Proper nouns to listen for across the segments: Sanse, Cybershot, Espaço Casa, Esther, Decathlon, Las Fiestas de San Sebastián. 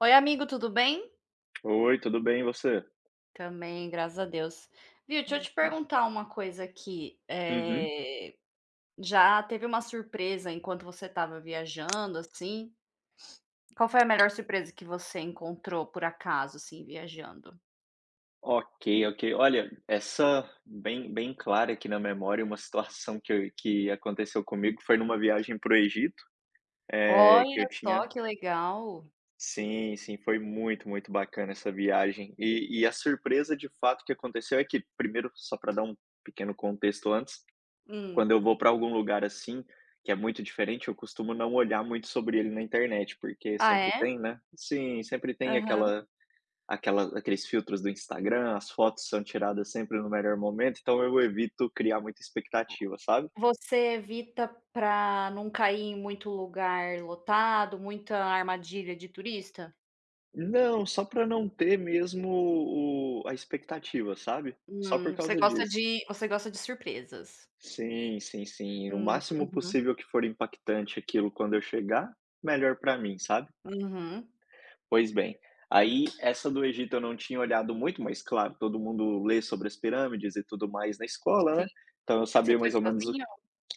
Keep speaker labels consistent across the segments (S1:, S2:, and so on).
S1: Oi, amigo, tudo bem?
S2: Oi, tudo bem e você?
S1: Também, graças a Deus. Viu, deixa eu te
S2: Ah.
S1: perguntar uma coisa aqui.
S2: Uhum.
S1: Já teve uma surpresa enquanto você estava viajando, assim? Qual foi a melhor surpresa que você encontrou, por acaso, assim, viajando?
S2: Ok, ok. Olha, essa bem clara aqui na memória, uma situação que aconteceu comigo foi numa viagem para o Egito, eh, que
S1: Olha
S2: eu
S1: só
S2: tinha
S1: que legal!
S2: sim, sim, foi muito, muito bacana essa viagem. E a surpresa de fato que aconteceu é que primeiro, só para dar um pequeno contexto antes,
S1: Hum.
S2: quando eu vou para algum lugar assim, que é muito diferente, eu costumo não olhar muito sobre ele na internet, porque
S1: Ah,
S2: sempre
S1: é?
S2: tem, né? Sim, sempre tem
S1: Aham.
S2: aquela aqueles filtros do Instagram, as fotos são tiradas sempre no melhor momento, então eu evito criar muita expectativa, sabe.
S1: Você evita para não cair em muito lugar lotado, muita armadilha de turista?
S2: Não, só para não ter mesmo o a expectativa, sabe. Só por
S1: Você
S2: causa
S1: gosta
S2: disso.
S1: de você gosta de surpresas.
S2: Sim, sim, sim. O máximo
S1: Uhum.
S2: possível que for impactante aquilo quando eu chegar, melhor para mim, sabe.
S1: Uhum,
S2: Pois bem, aí essa do Egito eu não tinha olhado muito, mas claro, todo mundo lê sobre as pirâmides e tudo mais na escola,
S1: sim.
S2: né, então eu
S1: Você
S2: sabia
S1: foi
S2: mais ou menos o que.
S1: sozinho?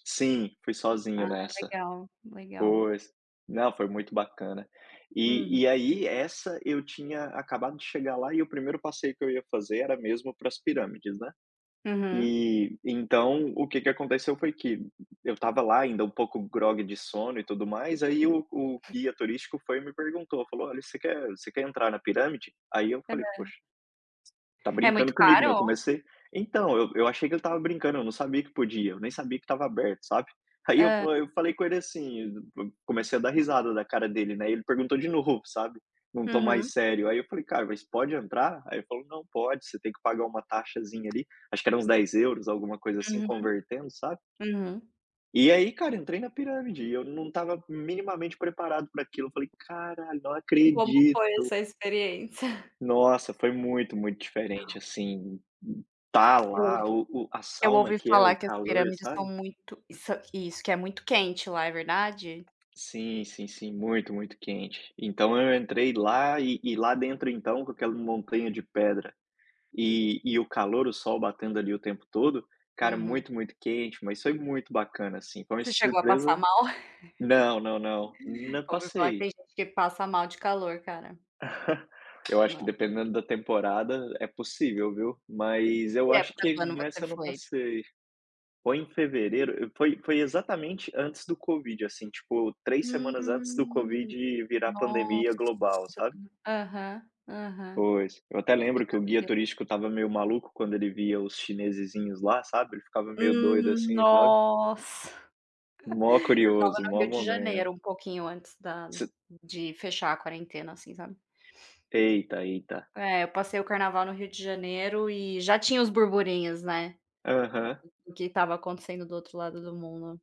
S2: Sim, fui sozinho
S1: Ah,
S2: nessa.
S1: legal, legal.
S2: Pois. Não, foi muito bacana. E
S1: Uhum,
S2: e aí essa eu tinha acabado de chegar lá e o primeiro passeio que eu ia fazer era mesmo para as pirâmides, né.
S1: uhum.
S2: E então o que que aconteceu foi que eu estava lá ainda um pouco grogue de sono e tudo mais, aí o guia turístico foi e me perguntou, falou: "Olha, você quer entrar na pirâmide?" Aí eu falei: "Poxa, tá
S1: É muito
S2: brincando comigo, né?" Eu
S1: caro?
S2: comecei então, eu achei que ele estava brincando, eu não sabia que podia, eu nem sabia que estava aberto, sabe. Aí eu
S1: Hã.
S2: eu falei com ele assim, eu comecei a dar risada da cara dele, né, ele perguntou de novo, sabe, não tom
S1: Uhum,
S2: mais sério. Aí eu falei: "Cara, mas pode entrar?" Aí ele falou: "Não, pode, você tem que pagar uma taxazinha ali", acho que era uns 10 euros alguma coisa assim,
S1: uhum,
S2: convertendo, sabe.
S1: uhum.
S2: E aí, cara, entrei na pirâmide e eu não estava minimamente preparado para aquilo, eu falei: "Caralho, não
S1: E como
S2: acredito!"
S1: foi essa experiência?
S2: Nossa, foi muito, muito diferente, assim, tá
S1: Eu
S2: lá o a
S1: eu
S2: sauna
S1: ouvi
S2: que é o
S1: falar que as
S2: calor,
S1: pirâmides são
S2: sabe?
S1: muito isso, que é muito quente lá, é verdade?
S2: Sim, sim, sim, muito, muito quente. Então eu entrei lá e lá dentro então com aquela montanha de pedra e o calor, o sol batendo ali o tempo todo, cara,
S1: Uhum.
S2: muito, muito quente, mas foi muito bacana, assim, foi uma
S1: Você chegou a
S2: surpresa.
S1: passar mal?
S2: Não, não, não, não
S1: Ouvi falar que
S2: passei.
S1: tem gente que passa mal de calor, cara.
S2: Eu acho que
S1: Não.
S2: dependendo da temporada é possível, viu? Mas
S1: Que
S2: eu acho
S1: época do
S2: que
S1: ano você
S2: nessa eu não
S1: foi?
S2: passei. Foi em fevereiro, foi exatamente antes do Covid, assim, tipo, três
S1: Hum,
S2: semanas antes do Covid virar pandemia global,
S1: nossa.
S2: sabe.
S1: Aham, aham.
S2: Pois. Eu até lembro que o guia turístico tava meio maluco quando ele via os chinesezinhos lá, sabe, ele ficava meio doido assim, sabe.
S1: Nossa.
S2: Mó curioso, mó
S1: Rio de
S2: momento.
S1: Janeiro, um pouquinho antes da
S2: Se
S1: de fechar a quarentena, assim, sabe.
S2: eita, eita.
S1: É, eu passei o carnaval no Rio de Janeiro e já tinha os burburinhos, né,
S2: Aham.
S1: do que estava acontecendo do outro lado do mundo.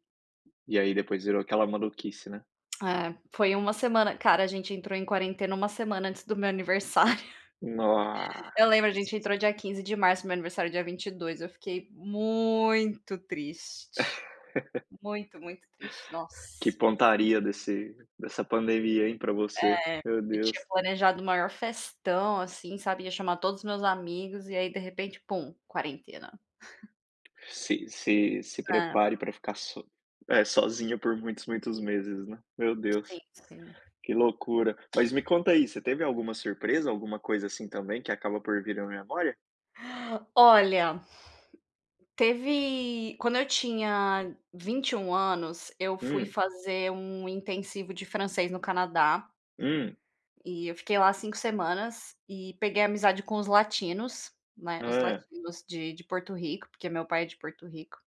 S2: E aí depois virou aquela maluquice, né.
S1: É, foi uma semana cara, a gente entrou em quarentena uma semana antes do meu aniversário.
S2: Nossa,
S1: Eu lembro, a gente entrou dia 15 de março, meu aniversário é dia 22. Eu fiquei muito triste, muito, muito triste,
S2: que
S1: nossa.
S2: pontaria desse dessa pandemia, hein, pra você.
S1: É,
S2: Meu
S1: eu
S2: Deus.
S1: tinha planejado o maior festão, assim, sabe, ia chamar todos os meus amigos e aí de repente, pum, quarentena.
S2: Se
S1: É,
S2: prepare para ficar é, sozinha por muitos, muitos meses, né. Meu
S1: sim,
S2: Deus,
S1: sim.
S2: que loucura. Mas me conta aí, você teve alguma surpresa, alguma coisa assim também que acaba por vir à memória?
S1: Olha, teve quando eu tinha 21 anos, eu fui
S2: Hum,
S1: fazer um intensivo de francês no Canadá,
S2: hum,
S1: e eu fiquei lá 5 semanas e peguei amizade com os latinos, né, os
S2: ah,
S1: latinos de Porto Rico, porque meu pai é de Porto Rico.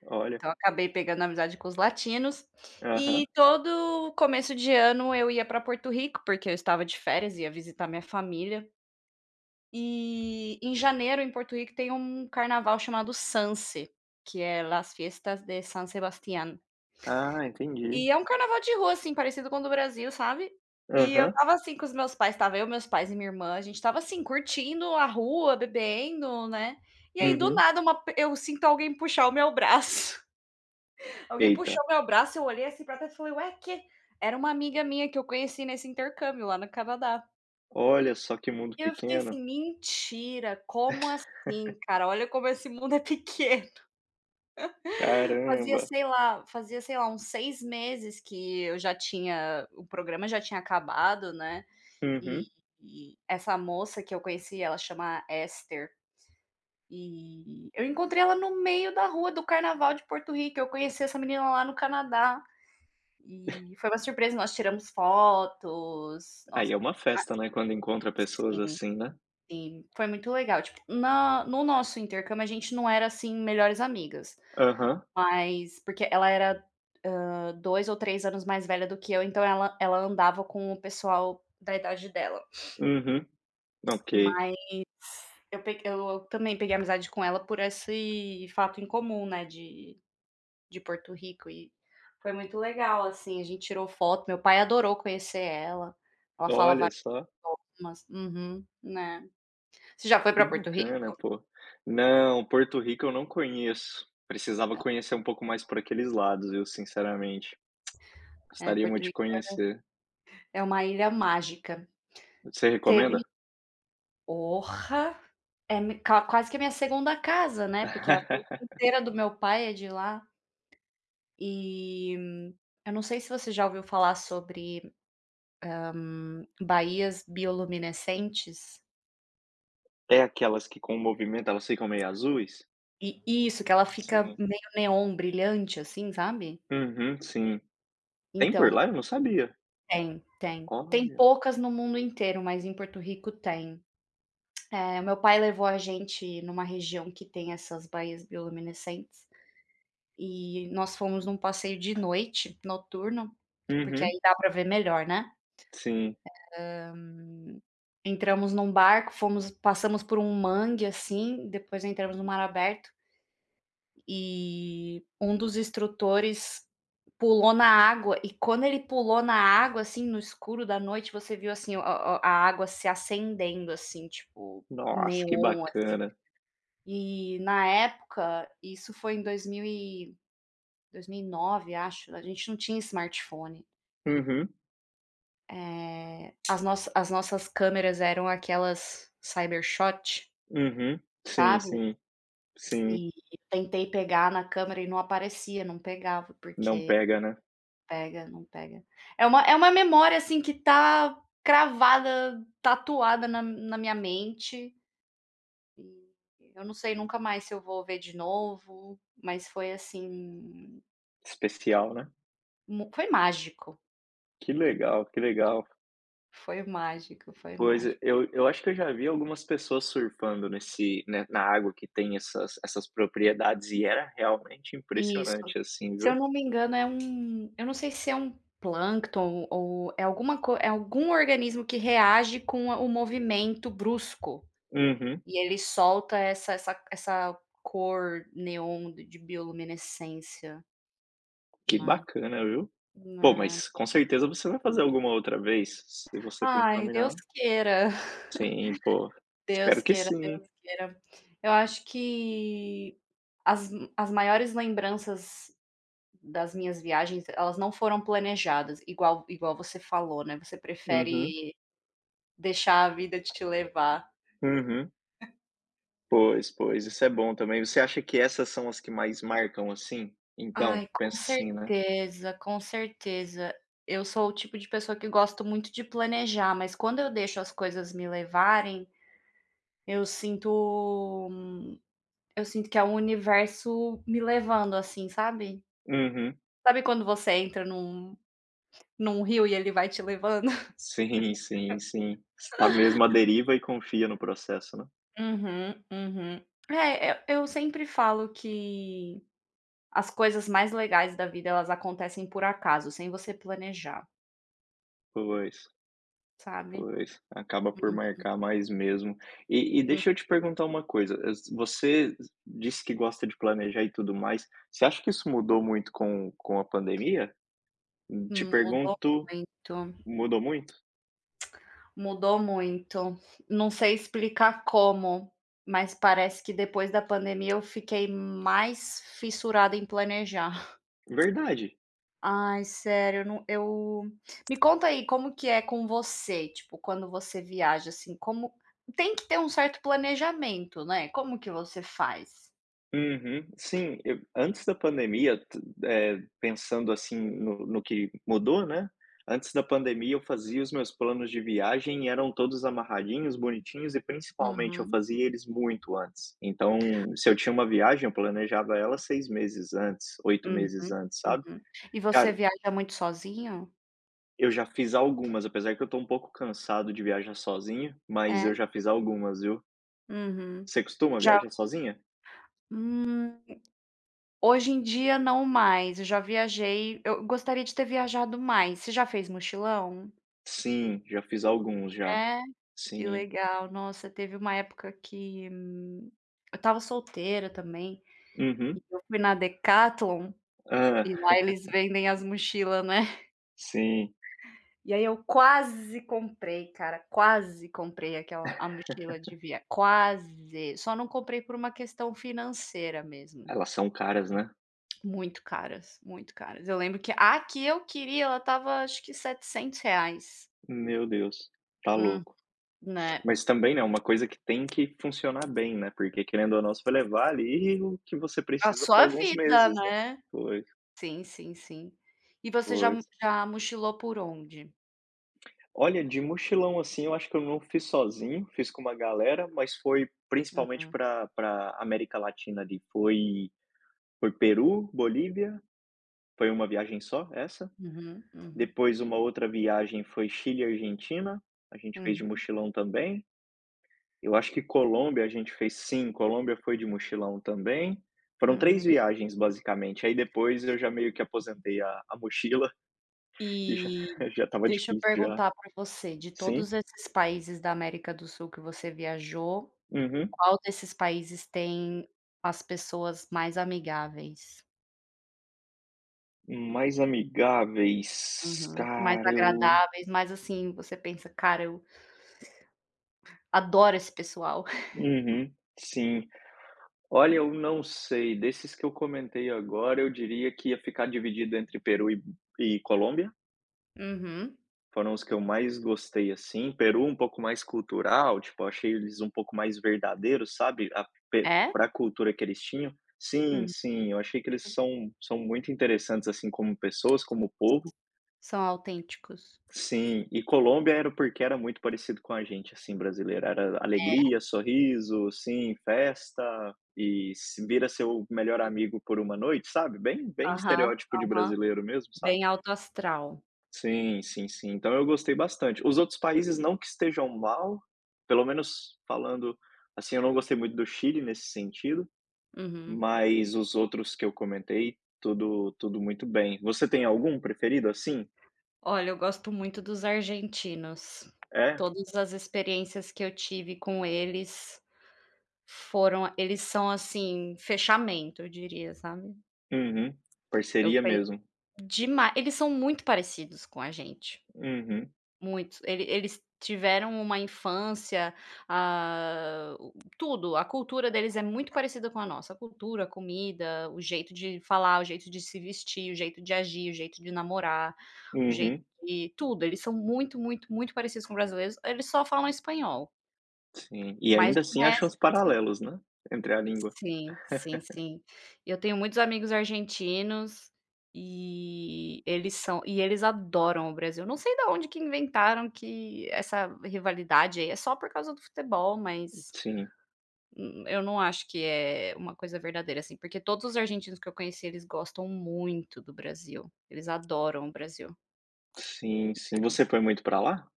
S2: olha,
S1: Então, acabei pegando amizade com os latinos,
S2: aham.
S1: e todo começo de ano eu ia para Porto Rico, porque eu estava de férias, ia visitar minha família, e em janeiro em Porto Rico tem um carnaval chamado Sanse, que é Las Fiestas de San Sebastián.
S2: Ah, entendi.
S1: E é um carnaval de rua, assim, parecido com o do Brasil, sabe. E eu
S2: Aham,
S1: estava assim com os meus pais, estava eu, meus pais e minha irmã, a gente estava assim curtindo a rua, bebendo, né, e aí do
S2: uhum.
S1: nada uma pe eu sinto alguém puxar o meu braço. Alguém
S2: Eita,
S1: puxou meu braço, eu olhei assim pra trás e falei: "Ué, que." Era uma amiga minha que eu conheci nesse intercâmbio lá no Canadá.
S2: olha só que mundo
S1: E eu fiquei
S2: pequeno.
S1: assim: "Mentira, como assim, cara? Olha como esse mundo é pequeno."
S2: Caramba.
S1: Fazia, sei lá, uns 6 meses que eu já tinha o programa já tinha acabado, né, e
S2: Uhum.
S1: e essa moça que eu conheci, ela chama Esther, e eu encontrei ela no meio da rua do carnaval de Porto Rico, eu conheci essa menina lá no Canadá. E foi uma surpresa, nós tiramos fotos, nós
S2: Aí é uma festa, né, quando encontra pessoas
S1: sim,
S2: assim, né.
S1: sim, foi muito legal. Tipo, na no nosso intercâmbio, a gente não era, assim, melhores amigas,
S2: Aham,
S1: mas porque ela era, 2 ou três anos mais velha do que eu, então ela andava com o pessoal da idade dela.
S2: uhum. Ok,
S1: Mas eu também peguei amizade com ela por esse fato em comum, né, de Porto Rico e foi muito legal, assim, a gente tirou foto, meu pai adorou conhecer ela, ela fala.
S2: olha só.
S1: Mas uhum, né. Você já foi
S2: Que
S1: pra Porto Rico?
S2: bacana, pô. Não, Porto Rico eu não conheço. Precisava
S1: Não.
S2: conhecer um pouco mais por aqueles lados, eu sinceramente.
S1: É,
S2: Gostaria
S1: Porto
S2: muito de
S1: Rico
S2: conhecer.
S1: é uma ilha mágica.
S2: Você
S1: Teve.
S2: recomenda?
S1: Porra! É me quase que a minha segunda casa, né, porque a família inteira do meu pai é de lá. E eu não sei se você já ouviu falar sobre, baías bioluminescentes.
S2: É aquelas que com o movimento elas ficam meio azuis?
S1: E isso, que ela fica
S2: Sim.
S1: meio neon brilhante, assim, sabe.
S2: Uhum, sim. Tem por
S1: Então,
S2: lá? Eu não sabia.
S1: tem, tem. Tem
S2: Olha.
S1: poucas no mundo inteiro, mas em Porto Rico tem. É, o meu pai levou a gente numa região que tem essas baías bioluminescentes, e nós fomos num passeio de noite, noturno, porque
S2: Uhum,
S1: aí dá para ver melhor, né.
S2: sim.
S1: Entramos num barco, fomos passamos por um mangue, assim, depois entramos no mar aberto, e um dos instrutores pulou na água, e quando ele pulou na água, assim, no escuro da noite, você viu, assim, o a água se acendendo, assim, tipo,
S2: Nossa, que
S1: neon, assim.
S2: bacana.
S1: E na época, isso foi em 2009, acho, a gente não tinha smartphone.
S2: Uhum,
S1: Eh, as nossas câmeras eram aquelas Cybershot,
S2: uhum. Sim,
S1: sabe.
S2: sim, sim.
S1: E tentei pegar na câmera e não aparecia, não pegava,
S2: Não
S1: porque
S2: pega, né?
S1: não pega. É uma memória, assim, que tá cravada, tatuada na minha mente, e eu não sei, nunca mais se eu vou ver de novo, mas foi assim.
S2: Especial, né?
S1: Mu Foi mágico,
S2: Que legal, que legal.
S1: foi mágico, foi
S2: Pois,
S1: mágico.
S2: eu acho que eu já vi algumas pessoas surfando nesse né, na água que tem essas propriedades e era realmente
S1: Isso.
S2: impressionante, assim,
S1: Se eu
S2: viu.
S1: não me engano é um, eu não sei se é um plâncton ou é alguma co é algum organismo que reage com o movimento brusco,
S2: Uhum.
S1: e ele solta essa cor neon de bioluminescência,
S2: Que
S1: né.
S2: bacana, viu. Pô,
S1: Né.
S2: mas com certeza você vai fazer alguma outra vez, se você tem
S1: Ai,
S2: família
S1: Deus
S2: lá.
S1: queira,
S2: Sim, pô, espero
S1: Deus
S2: que
S1: queira,
S2: sim.
S1: Deus queira. Eu acho que as as maiores lembranças das minhas viagens, elas não foram planejadas, igual você falou, né, você
S2: Uhum,
S1: prefere deixar a vida te levar.
S2: uhum. Pois, pois, isso é bom também. Você acha que essas são as que mais marcam, assim? Então,
S1: Ai, com
S2: penso que sim, né.
S1: certeza, com certeza. Eu sou o tipo de pessoa que gosto muito de planejar, mas quando eu deixo as coisas me levarem, eu sinto, hum, eu sinto que é o universo me levando, assim, sabe?
S2: Uhum.
S1: Sabe quando você entra num rio e ele vai te levando?
S2: Sim, sim, sim. Está mesmo à deriva e confia no processo, né.
S1: Uhum, uhum. É, eu sempre falo que as coisas mais legais da vida, elas acontecem por acaso, sem você planejar,
S2: Pois,
S1: sabe.
S2: pois, acaba por
S1: Uhum,
S2: marcar mais mesmo. E deixa eu te perguntar uma coisa, es você disse que gosta de planejar e tudo mais, você acha que isso mudou muito com a pandemia? Te
S1: uhum, mudou
S2: pergunto,
S1: muito,
S2: mudou muito?
S1: mudou muito. Não sei explicar como, mas parece que depois da pandemia eu fiquei mais fissurada em planejar.
S2: Verdade.
S1: Ai, sério, eu não, eu me conta aí, como que é com você, tipo, quando você viaja, assim, como tem que ter um certo planejamento, né, como que você faz?
S2: Uhum. Sim, eu antes da pandemia, pensando, assim, no que mudou, né, antes da pandemia eu fazia os meus planos de viagem e eram todos amarradinhos, bonitinhos e principalmente eu
S1: Uhum.
S2: fazia eles muito antes. Então, se eu tinha uma viagem, eu planejava ela 6 meses antes, oito
S1: Uhum,
S2: meses antes, sabe.
S1: uhum. E você
S2: Cara,
S1: viaja muito sozinho?
S2: eu já fiz algumas, apesar que eu tô um pouco cansado de viajar sozinho, mas
S1: É?
S2: eu já fiz algumas, viu.
S1: Uhum.
S2: Você costuma
S1: Já,
S2: viajar sozinha?
S1: hum, hoje em dia não mais, eu já viajei, eu gostaria de ter viajado mais. Você já fez mochilão?
S2: Sim, já fiz alguns já.
S1: É? Que
S2: Sim.
S1: legal. Nossa, teve uma época que, eu estava solteira também,
S2: Uhum.
S1: eu fui na Decathlon
S2: Hã,
S1: e lá eles vendem as mochilas, né.
S2: sim.
S1: E aí eu quase comprei, cara, quase comprei aquela a mochila de via quase, só não comprei por uma questão financeira mesmo,
S2: Elas são caras, né.
S1: muito caras, muito caras. Eu lembro que a que eu queria ela tava acho que R$ 700.
S2: Meu Deus, tá
S1: Hum,
S2: louco.
S1: né,
S2: Mas também, né, uma coisa que tem que funcionar bem, né, porque querendo ou não você vai levar ali o que você
S1: a
S2: precisa para
S1: sua
S2: alguns
S1: vida,
S2: meses, né.
S1: né.
S2: Pois,
S1: Sim, sim, sim. E você já
S2: pois.
S1: já mochilou por onde?
S2: Olha, de mochilão, assim, eu acho que eu não fiz sozinho, fiz com uma galera, mas foi principalmente
S1: Uhum,
S2: para América Latina ali, foi Peru, Bolívia, foi uma viagem só, essa.
S1: uhum, uhum,
S2: Depois uma outra viagem foi Chile e Argentina, a gente fez de
S1: uhum,
S2: mochilão também. Eu acho que Colômbia a gente fez sim, Colômbia foi de mochilão também. Foram
S1: uhum.
S2: 3 viagens basicamente, aí depois eu já meio que aposentei a mochila e já
S1: E
S2: estava
S1: deixa eu
S2: difícil já.
S1: perguntar para você, de
S2: Sim.
S1: todos esses países da América do Sul que você viajou,
S2: Uhum.
S1: qual desses países tem as pessoas mais amigáveis?
S2: Mais amigáveis,
S1: Uhum. Mais
S2: cara, eu
S1: agradáveis, mais assim, você pensa: "Cara, eu adoro esse pessoal."
S2: uhum, sim. Olha, eu não sei, desses que eu comentei agora, eu diria que ia ficar dividido entre Peru e Colômbia.
S1: Uhum.
S2: Foram os que eu mais gostei, assim. Peru um pouco mais cultural, tipo, eu achei eles um pouco mais verdadeiros, sabe, a pe
S1: É?
S2: pra cultura que eles tinham. Sim,
S1: Hum.
S2: sim, eu achei que eles são muito interessantes, assim, como pessoas, como povo.
S1: São autênticos.
S2: Sim, e Colômbia era porque era muito parecido com a gente, assim, brasileiro. Era alegria, sorriso, sim, festa e se vira seu melhor
S1: E
S2: amigo por uma noite, sabe, bem
S1: aham,
S2: estereótipo de
S1: aham.
S2: brasileiro mesmo, sabe.
S1: Bem alto astral.
S2: Sim, sim, sim. Então eu gostei bastante. Os outros países não que estejam mal, pelo menos falando assim, eu não gostei muito do Chile nesse sentido,
S1: Uhum.
S2: mas os outros que eu comentei, tudo tudo muito bem. Você tem algum preferido assim?
S1: Olha, eu gosto muito dos argentinos.
S2: É?
S1: Todas as experiências que eu tive com eles, Foram eles são, assim, fechamento, eu diria, sabe.
S2: Uhum.
S1: Eu
S2: Parceria
S1: pen
S2: mesmo.
S1: dema eles são muito parecidos com a gente,
S2: Uhum,
S1: muito. Eles tiveram uma infância, ah, tudo, a cultura deles é muito parecida com a nossa, a cultura, a comida, o jeito de falar, o jeito de se vestir, o jeito de agir, o jeito de namorar, o jeito
S2: uhum.
S1: de tudo, eles são muito, muito, muito parecidos com brasileiros, eles só falam espanhol,
S2: Sim. E
S1: mas
S2: ainda
S1: de
S2: assim acham os
S1: resto.
S2: paralelos, né, entre a língua.
S1: Sim, sim, sim. Eu tenho muitos amigos argentinos e eles adoram o Brasil. Não sei da onde que inventaram que essa rivalidade aí é só por causa do futebol, mas,
S2: Sim,
S1: eu não acho que é uma coisa verdadeira, assim, porque todos os argentinos que eu conheci, eles gostam muito do Brasil. Eles adoram o Brasil.
S2: sim, sim. Você foi muito pra lá?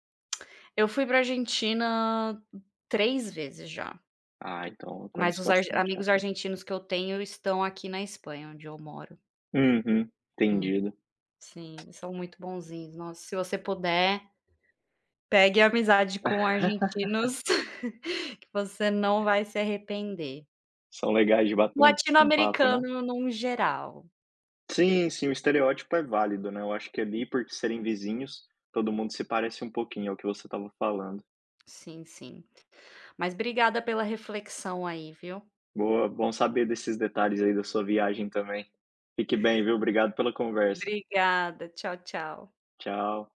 S1: Eu fui para Argentina 3 vezes já,
S2: Ah, então eu
S1: mas
S2: conheço
S1: os ar
S2: bastante
S1: amigos
S2: Japão.
S1: argentinos que eu tenho estão aqui na Espanha, onde eu moro.
S2: Uhum, entendido.
S1: Sim, eles são muito bonzinhos. Nossa, se você puder, pegue amizade com argentinos, que você não vai se arrepender.
S2: São legais de bater um papo, né?
S1: Latino-americano num geral.
S2: Sim, sim, o estereótipo é válido, né, eu acho que ali por serem vizinhos, todo mundo se parece um pouquinho, é o que você estava falando.
S1: Sim, sim. Mas obrigada pela reflexão aí, viu.
S2: Boa, bom saber desses detalhes aí da sua viagem também. Fique bem, viu, obrigado pela conversa.
S1: Obrigada. Tchau, tchau.
S2: Tchau.